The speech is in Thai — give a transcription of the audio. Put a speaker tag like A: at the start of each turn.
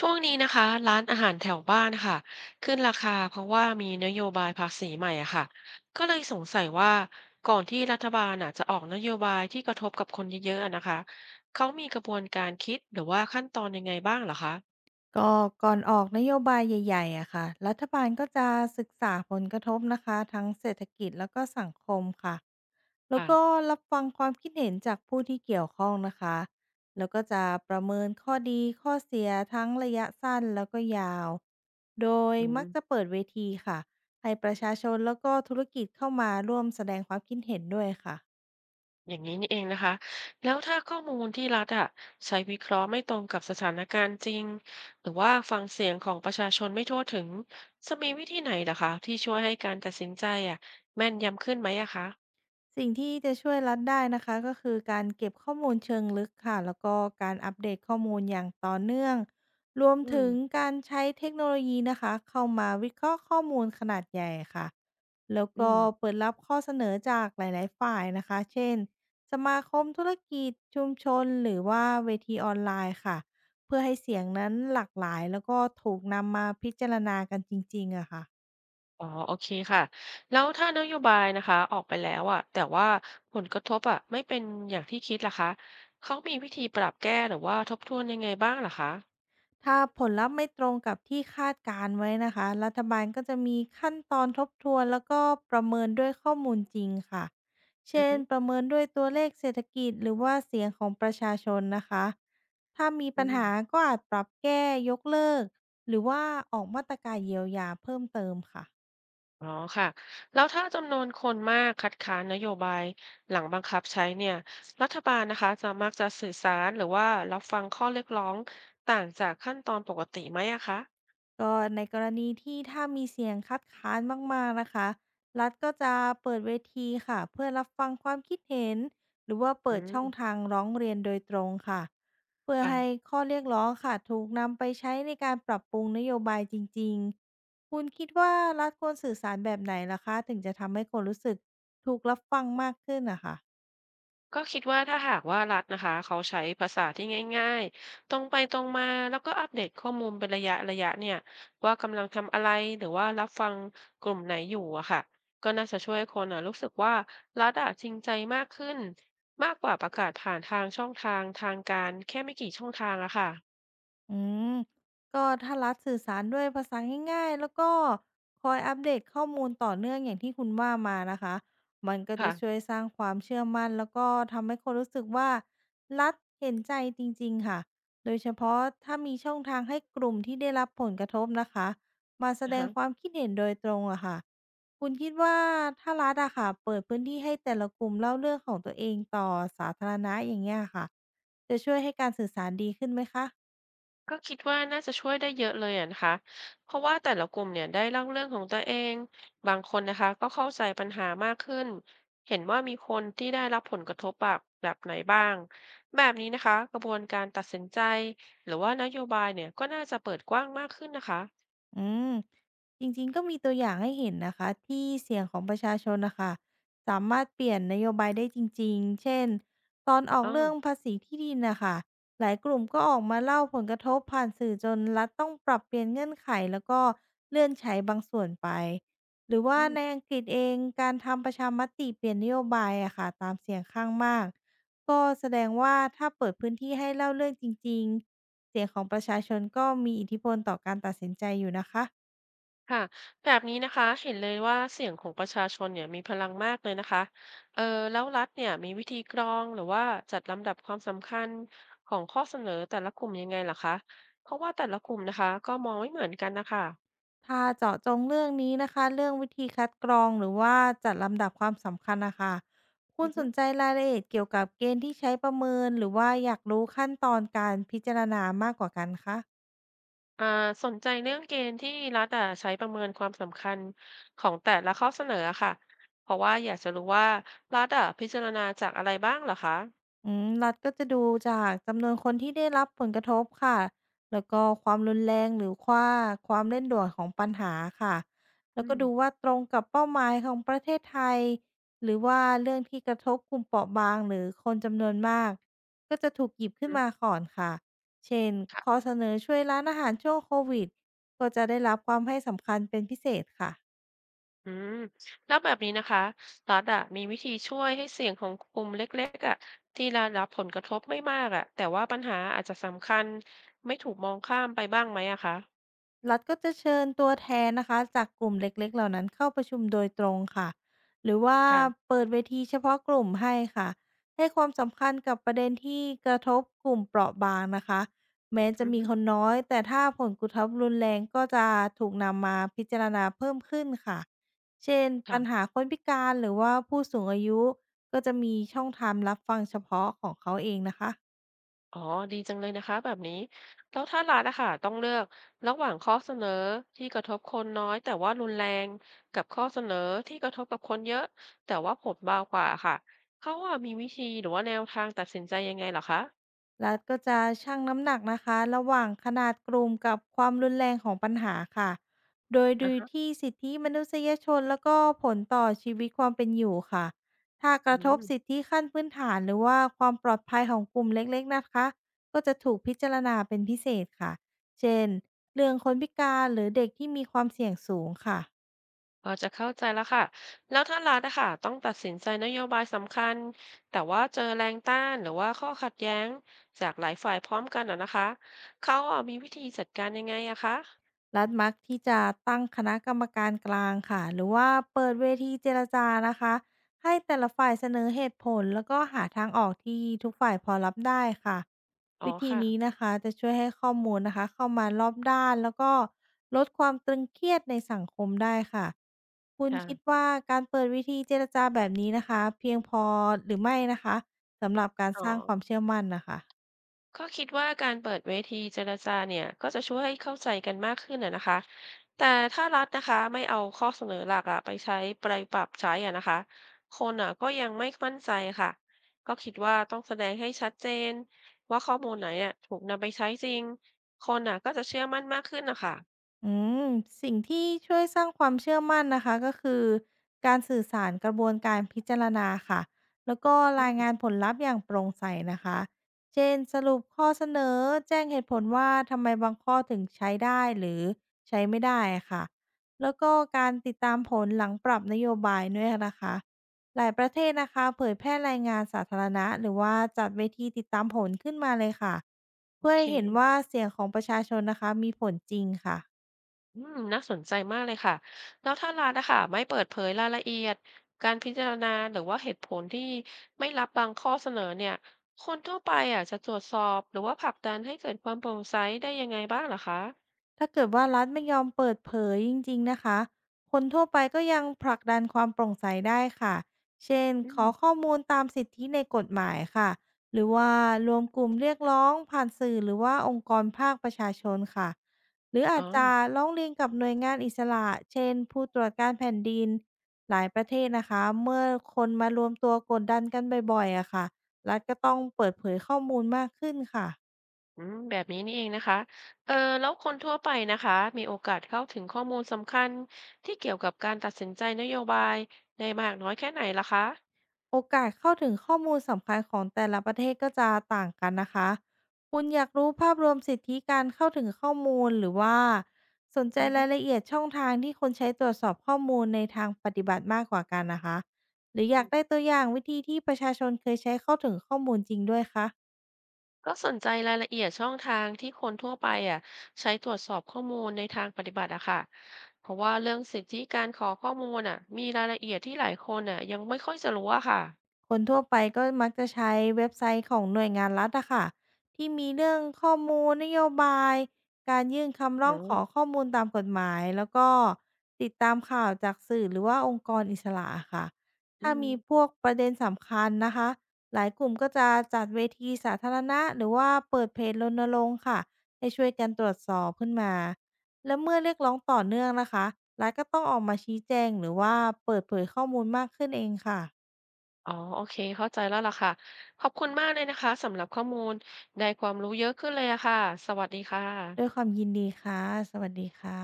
A: ช่วงนี้นะคะร้านอาหารแถวบ้านค่ะขึ้นราคาเพราะว่ามีนโยบายภาษีใหม่อะค่ะก็เลยสงสัยว่าก่อนที่รัฐบาลอะจะออกนโยบายที่กระทบกับคนเยอะๆอะนะคะเขามีกระบวนการคิดหรือว่าขั้นตอนยังไงบ้างเหรอคะ
B: ก็ก่อนออกนโยบายใหญ่ๆอะค่ะ รัฐบาลก็จะศึกษาผลกระทบนะคะทั้งเศรษฐกิจแล้วก็สังคมค่ะแล้ว
A: อ่ะ
B: ก็รับฟังความคิดเห็นจากผู้ที่เกี่ยวข้องนะคะ แล้วก็จะประเมินข้อดีข้อเสียทั้งระยะสั้นแล้วก็ยาว โดย
A: อืม
B: มักจะเปิดเวทีค่ะให้ประชาชนแล้วก็ธุรกิจเข้ามาร่วมแสดงความคิดเห็นด้วยค่ะ
A: อย่างนี้นี่เองนะคะแล้วถ้าข้อมูลที่รัฐอะใช้วิเคราะห์ไม่ตรงกับสถานการณ์จริงหรือว่าฟังเสียงของประชาชนไม่ทั่วถึงจะมีวิธีไหนเหรอคะที่ช่วยให้การตัดสินใจอะแม่นยำขึ้นไหมอะคะ
B: สิ่งที่จะช่วยรัฐได้นะคะก็คือการเก็บข้อมูลเชิงลึกค่ะแล้วก็การอัปเดตข้อมูลอย่างต่อเนื่องรวม
A: อืม
B: ถึงการใช้เทคโนโลยีนะคะเข้ามาวิเคราะห์ข้อมูลขนาดใหญ่ค่ะแล้ว
A: อื
B: ก็
A: ม
B: เปิดรับข้อเสนอจากหลายๆ ฝ่ายนะคะเช่นสมาคมธุรกิจชุมชนหรือว่าเวทีออนไลน์ค่ะเพื่อให้เสียงนั้นหลากหลายแล้วก็ถูกนำมาพิจารณากันจริงๆอะค่ะ
A: อ๋อโอเคค่ะแล้วถ้านโยบายนะคะออกไปแล้วอะแต่ว่าผลกระทบอะไม่เป็นอย่างที่คิดล่ะคะเขามีวิธีปรับแก้หรือว่าทบทวนยังไงบ้างล่ะคะ
B: ถ้าผลลัพธ์ไม่ตรงกับที่คาดการไว้นะคะรัฐบาลก็จะมีขั้นตอนทบทวนแล้วก็ประเมินด้วยข้อมูลจริงค่ะ
A: อือ
B: เช่น
A: ฮึ
B: ประเมินด้วยตัวเลขเศรษฐกิจหรือว่าเสียงของประชาชนนะคะถ้ามี
A: อื
B: ปัญหา
A: ม
B: ก็อาจปรับแก้ยกเลิกหรือว่าออกมาตรการเยียวยาเพิ่มเติมค่ะ
A: อ๋อค่ะแล้วถ้าจำนวนคนมากคัดค้านนโยบายหลังบังคับใช้เนี่ยรัฐบาลนะคะจะมักจะสื่อสารหรือว่ารับฟังข้อเรียกร้องต่างจากขั้นตอนปกติไหมอะคะ
B: ก็ในกรณีที่ถ้ามีเสียงคัดค้านมากๆนะคะรัฐก็จะเปิดเวทีค่ะเพื่อรับฟังความคิดเห็นหรือว่า
A: อื
B: เปิด
A: ม
B: ช่องทางร้องเรียนโดยตรงค่ะเพื่อให้
A: ค่ะ
B: ข้อเรียกร้องค่ะถูกนำไปใช้ในการปรับปรุงนโยบายจริงๆคุณคิดว่ารัฐควรสื่อสารแบบไหนล่ะคะถึงจะทำให้คนรู้สึกถูกรับฟังมากขึ้นนะคะ
A: ก็คิดว่าถ้าหากว่ารัฐนะคะเขาใช้ภาษาที่ง่ายๆตรงไปตรงมาแล้วก็อัปเดตข้อมูลเป็นระยะระยะเนี่ยว่ากำลังทำอะไรหรือว่ารับฟังกลุ่มไหนอยู่อะค่ะก็น่าจะช่วยคนอะรู้สึกว่ารัฐอะจริงใจมากขึ้นมากกว่าประกาศผ่านทางช่องทางทางการแค่ไม่กี่ช่องทางอะค่ะ
B: อืมก็ถ้ารัฐสื่อสารด้วยภาษาง่ายๆแล้วก็คอยอัปเดตข้อมูลต่อเนื่องอย่างที่คุณว่ามานะคะมันก็จะ
A: ค่ะ
B: ช่วยสร้างความเชื่อมั่นแล้วก็ทำให้คนรู้สึกว่ารัฐเห็นใจจริงๆค่ะโดยเฉพาะถ้ามีช่องทางให้กลุ่มที่ได้รับผลกระทบนะคะมาแส
A: อ่า
B: ดง
A: ฮะ
B: ความคิดเห็นโดยตรงอะค่ะคุณคิดว่าถ้ารัฐอะค่ะเปิดพื้นที่ให้แต่ละกลุ่มเล่าเรื่องของตัวเองต่อสาธารณะอย่างเงี้ยค่ะจะช่วยให้การสื่อสารดีขึ้นไหมคะ
A: ก็คิดว่าน่าจะช่วยได้เยอะเลยอะนะคะเพราะว่าแต่ละกลุ่มเนี่ยได้เล่าเรื่องของตัวเอง บางคนนะคะก็เข้าใจปัญหามากขึ้นเห็นว่ามีคนที่ได้รับผลกระทบแบบไหนบ้างแบบนี้นะคะกระบวนการตัดสินใจหรือว่านโยบายเนี่ยก็น่าจะเปิดกว้างมากขึ้นนะคะ
B: อืมจริงๆก็มีตัวอย่างให้เห็นนะคะที่เสียงของประชาชนนะคะสามารถเปลี่ยนนโยบายได้จริงๆเช่นตอนออ
A: อ๋
B: ก
A: อ
B: เรื่องภาษีที่ดินนะคะหลายกลุ่มก็ออกมาเล่าผลกระทบผ่านสื่อจนรัฐต้องปรับเปลี่ยนเงื่อนไขแล้วก็เลื่อนใช้บางส่วนไปหรือว่า
A: อื
B: ใน
A: ม
B: อังกฤษเองการทำประชามติเปลี่ยนนโยบายอะค่ะตามเสียงข้างมากก็แสดงว่าถ้าเปิดพื้นที่ให้เล่าเรื่องจริงๆ เสียงของประชาชนก็มีอิทธิพลต่อการตัดสินใจอยู่นะคะ
A: ค่ะแบบนี้นะคะเห็นเลยว่าเสียงของประชาชนเนี่ยมีพลังมากเลยนะคะเออแล้วรัฐเนี่ยมีวิธีกรองหรือว่าจัดลำดับความสำคัญของข้อเสนอแต่ละกลุ่มยังไงล่ะคะเพราะว่าแต่ละกลุ่มนะคะก็มองไม่เหมือนกันนะคะ
B: ถ้าเจาะจงเรื่องนี้นะคะ เรื่องวิธีคัดกรองหรือว่าจัดลำดับความสำคัญนะคะ คุ
A: อื
B: ณ
A: อ
B: ส
A: ฮึ
B: นใจรายละเอียดเกี่ยวกับเกณฑ์ที่ใช้ประเมินหรือว่าอยากรู้ขั้นตอนการพิจารณามากกว่ากันคะ
A: อ่าสนใจเรื่องเกณฑ์ที่รัฐอะใช้ประเมินความสำคัญของแต่ละข้อเสนออะค่ะเพราะว่าอยากจะรู้ว่ารัฐอะพิจารณาจากอะไรบ้างเหรอคะ
B: รัฐก็จะดูจากจำนวนคนที่ได้รับผลกระทบค่ะแล้วก็ความรุนแรงหรือว่าความเร่งด่วนของปัญหาค่ะแล้ว
A: อื
B: ก็
A: ม
B: ดูว่าตรงกับเป้าหมายของประเทศไทยหรือว่าเรื่องที่กระทบกลุ่มเปราะบางหรือคนจำนวนมากก็จะถูกหยิบขึ้
A: อื
B: น
A: ม
B: มาก่อนค่ะเช่นข้อ
A: ค่ะ
B: เสนอช่วยร้านอาหารช่วงโควิดก็จะได้รับความให้สำคัญเป็นพิเศษค่ะ
A: อืมแล้วแบบนี้นะคะรัฐอะมีวิธีช่วยให้เสียงของกลุ่มเล็กๆอะที่ได้รับผลกระทบไม่มากอะแต่ว่าปัญหาอาจจะสำคัญไม่ถูกมองข้ามไปบ้างไหมอะคะ
B: รัฐก็จะเชิญตัวแทนนะคะจากกลุ่มเล็กๆเหล่านั้นเข้าประชุมโดยตรงค่ะหรือว่า
A: ค่ะ
B: เปิดเวทีเฉพาะกลุ่มให้ค่ะให้ความสำคัญกับประเด็นที่กระทบกลุ่มเปราะบางนะคะแม้จะ
A: อือ
B: มี
A: ฮึ
B: คนน้อยแต่ถ้าผลกระทบรุนแรงก็จะถูกนำมาพิจารณาเพิ่มขึ้นค่ะเช่นปัญ
A: ค่ะ
B: หาคนพิการหรือว่าผู้สูงอายุก็จะมีช่องทางรับฟังเฉพาะของเขาเองนะคะ
A: อ๋อดีจังเลยนะคะแบบนี้แล้วถ้ารัฐอะค่ะต้องเลือกระหว่างข้อเสนอที่กระทบคนน้อยแต่ว่ารุนแรงกับข้อเสนอที่กระทบกับคนเยอะแต่ว่าผลเบากว่าค่ะเขาว่ามีวิธีหรือว่าแนวทางตัดสินใจยังไงเหรอคะ
B: รัฐก็จะชั่งน้ำหนักนะคะระหว่างขนาดกลุ่มกับความรุนแรงของปัญหาค่ะ โดย
A: อ่า
B: ดู
A: ฮะ
B: ที่สิทธิมนุษยชนแล้วก็ผลต่อชีวิตความเป็นอยู่ค่ะ ถ้าก
A: อื
B: ระทบสิท
A: ม
B: ธิขั้นพื้นฐานหรือว่าความปลอดภัยของกลุ่มเล็กๆนะคะก็จะถูกพิจารณาเป็นพิเศษค่ะเช่นเรื่องคนพิการหรือเด็กที่มีความเสี่ยงสูงค่ะ
A: พอจะเข้าใจแล้วค่ะ แล้วถ้ารัฐนะคะต้องตัดสินใจนโยบายสำคัญ แต่ว่าเจอแรงต้านหรือว่าข้อขัดแย้งจากหลายฝ่ายพร้อมกันอ่ะนะคะ เขาอ่ะมีวิธีจัดการยังไงอะคะ
B: รัฐมักที่จะตั้งคณะกรรมการกลางค่ะหรือว่าเปิดเวทีเจรจานะคะให้แต่ละฝ่ายเสนอเหตุผลแล้วก็หาทางออกที่ทุกฝ่ายพอรับได้ค่ะ
A: อ๋อ
B: วิธี
A: ค่ะ
B: นี้นะคะจะช่วยให้ข้อมูลนะคะเข้ามารอบด้านแล้วก็ลดความตึงเครียดในสังคมได้ค่ะคุณคิด
A: ค่ะ
B: ว่าการเปิดวิธีเจรจาแบบนี้นะคะเพียงพอหรือไม่นะคะสำหรับการ
A: อ๋อ
B: สร้างความเชื่อมั่นนะคะ
A: ก็คิดว่าการเปิดเวทีเจรจาเนี่ยก็จะช่วยให้เข้าใจกันมากขึ้นนะนะคะแต่ถ้ารัฐนะคะไม่เอาข้อเสนอหลักอะไปใช้ไปปรับใช้อะนะคะคนอะก็ยังไม่มั่นใจค่ะก็คิดว่าต้องแสดงให้ชัดเจนว่าข้อมูลไหนอะถูกนำไปใช้จริงคนอะก็จะเชื่อมั่นมากขึ้นนะคะ
B: อืมสิ่งที่ช่วยสร้างความเชื่อมั่นนะคะก็คือการสื่อสารกระบวนการพิจารณาค่ะแล้วก็
A: อื
B: ราย
A: ม
B: งานผลลัพธ์อย่างโปร่งใสนะคะเช่นสรุปข้อเสนอแจ้งเหตุผลว่าทำไมบางข้อถึงใช้ได้หรือใช้ไม่ได้ค่ะแล้วก็การติดตามผลหลังปรับนโยบายด้วยนะคะหลายประเทศนะคะเผยแพร่รายงานสาธารณะหรือว่าจัดเวทีติดตามผลขึ้นมาเลยค่ะ
A: โอ
B: เพื่อ
A: เค
B: ให้เห็นว่าเสียงของประชาชนนะคะมีผลจริงค่ะ
A: อืมน่าสนใจมากเลยค่ะแล้วถ้ารานนะคะไม่เปิดเผยรายละเอียดการพิจารณาหรือว่าเหตุผลที่ไม่รับบางข้อเสนอเนี่ยคนทั่วไปอะจะตรวจสอบหรือว่าผลักดันให้เกิดความโปร่งใสได้ยังไงบ้างเหรอคะ
B: ถ้าเกิดว่ารัฐไม่ยอมเปิดเผยจริงๆนะคะ คนทั่วไปก็ยังผลักดันความโปร่งใสได้ค่ะ เช่น
A: อื
B: ขอ
A: ม
B: ข้อมูลตามสิทธิในกฎหมายค่ะ หรือว่ารวมกลุ่มเรียกร้องผ่านสื่อหรือว่าองค์กรภาคประชาชนค่ะ หรือ
A: อ๋
B: อาจจะ
A: อ
B: ร้องเรียนกับหน่วยงานอิสระ เช่นผู้ตรวจการแผ่นดินหลายประเทศนะคะ เมื่อคนมารวมตัวกดดันกันบ่อยๆอะค่ะรัฐก็ต้องเปิดเผยข้อมูลมากขึ้นค่ะ
A: อืมแบบนี้นี่เองนะคะเออแล้วคนทั่วไปนะคะมีโอกาสเข้าถึงข้อมูลสำคัญที่เกี่ยวกับการตัดสินใจนโยบายได้มากน้อยแค่ไหนล่ะคะ
B: โอกาสเข้าถึงข้อมูลสำคัญของแต่ละประเทศก็จะต่างกันนะคะ คุณอยากรู้ภาพรวมสิทธิการเข้าถึงข้อมูลหรือว่าสนใจ
A: อื
B: รายละเอียดช่องทางที่คนใช้ตรวจสอบข้อมูลในทางปฏิบัติมากกว่ากันนะคะหรืออยากได้
A: ม
B: ตัวอย่างวิธีที่ประชาชนเคยใช้เข้าถึงข้อมูลจริงด้วยคะ
A: ก็สนใจรายละเอียดช่องทางที่คนทั่วไปอ่ะใช้ตรวจสอบข้อมูลในทางปฏิบัติอะค่ะเพราะว่าเรื่องสิทธิการขอข้อมูลอ่ะมีรายละเอียดที่หลายคนอ่ะยังไม่ค่อยจะรู้อะค่ะ
B: คนทั่วไปก็มักจะใช้เว็บไซต์ของหน่วยงานรัฐอะค่ะที่มีเรื่องข้อมูลนโยบายการยื่นคำร้
A: อื
B: องขอ
A: ม
B: ข้อมูลตามกฎหมายแล้วก็ติดตามข่าวจากสื่อหรือว่าองค์กรอิสระค่ะ
A: อื
B: ถ้ามีพ
A: ม
B: วกประเด็นสำคัญนะคะหลายกลุ่มก็จะจัดเวทีสาธารณะหรือว่าเปิดเพจรณรงค์ค่ะให้ช่วยกันตรวจสอบขึ้นมาและเมื่อเรียกร้องต่อเนื่องนะคะรัฐก็ต้องออกมาชี้แจงหรือว่าเปิดเผยข้อมูลมากขึ้นเองค่ะ
A: อ๋อโอเคเข้าใจแล้วล่ะค่ะขอบคุณมากเลยนะคะสำหรับข้อมูลได้ความรู้เยอะขึ้นเลยอะค่ะสวัสดีค่ะ
B: ด้วยความยินดีค่ะ สวัสดีค่ะ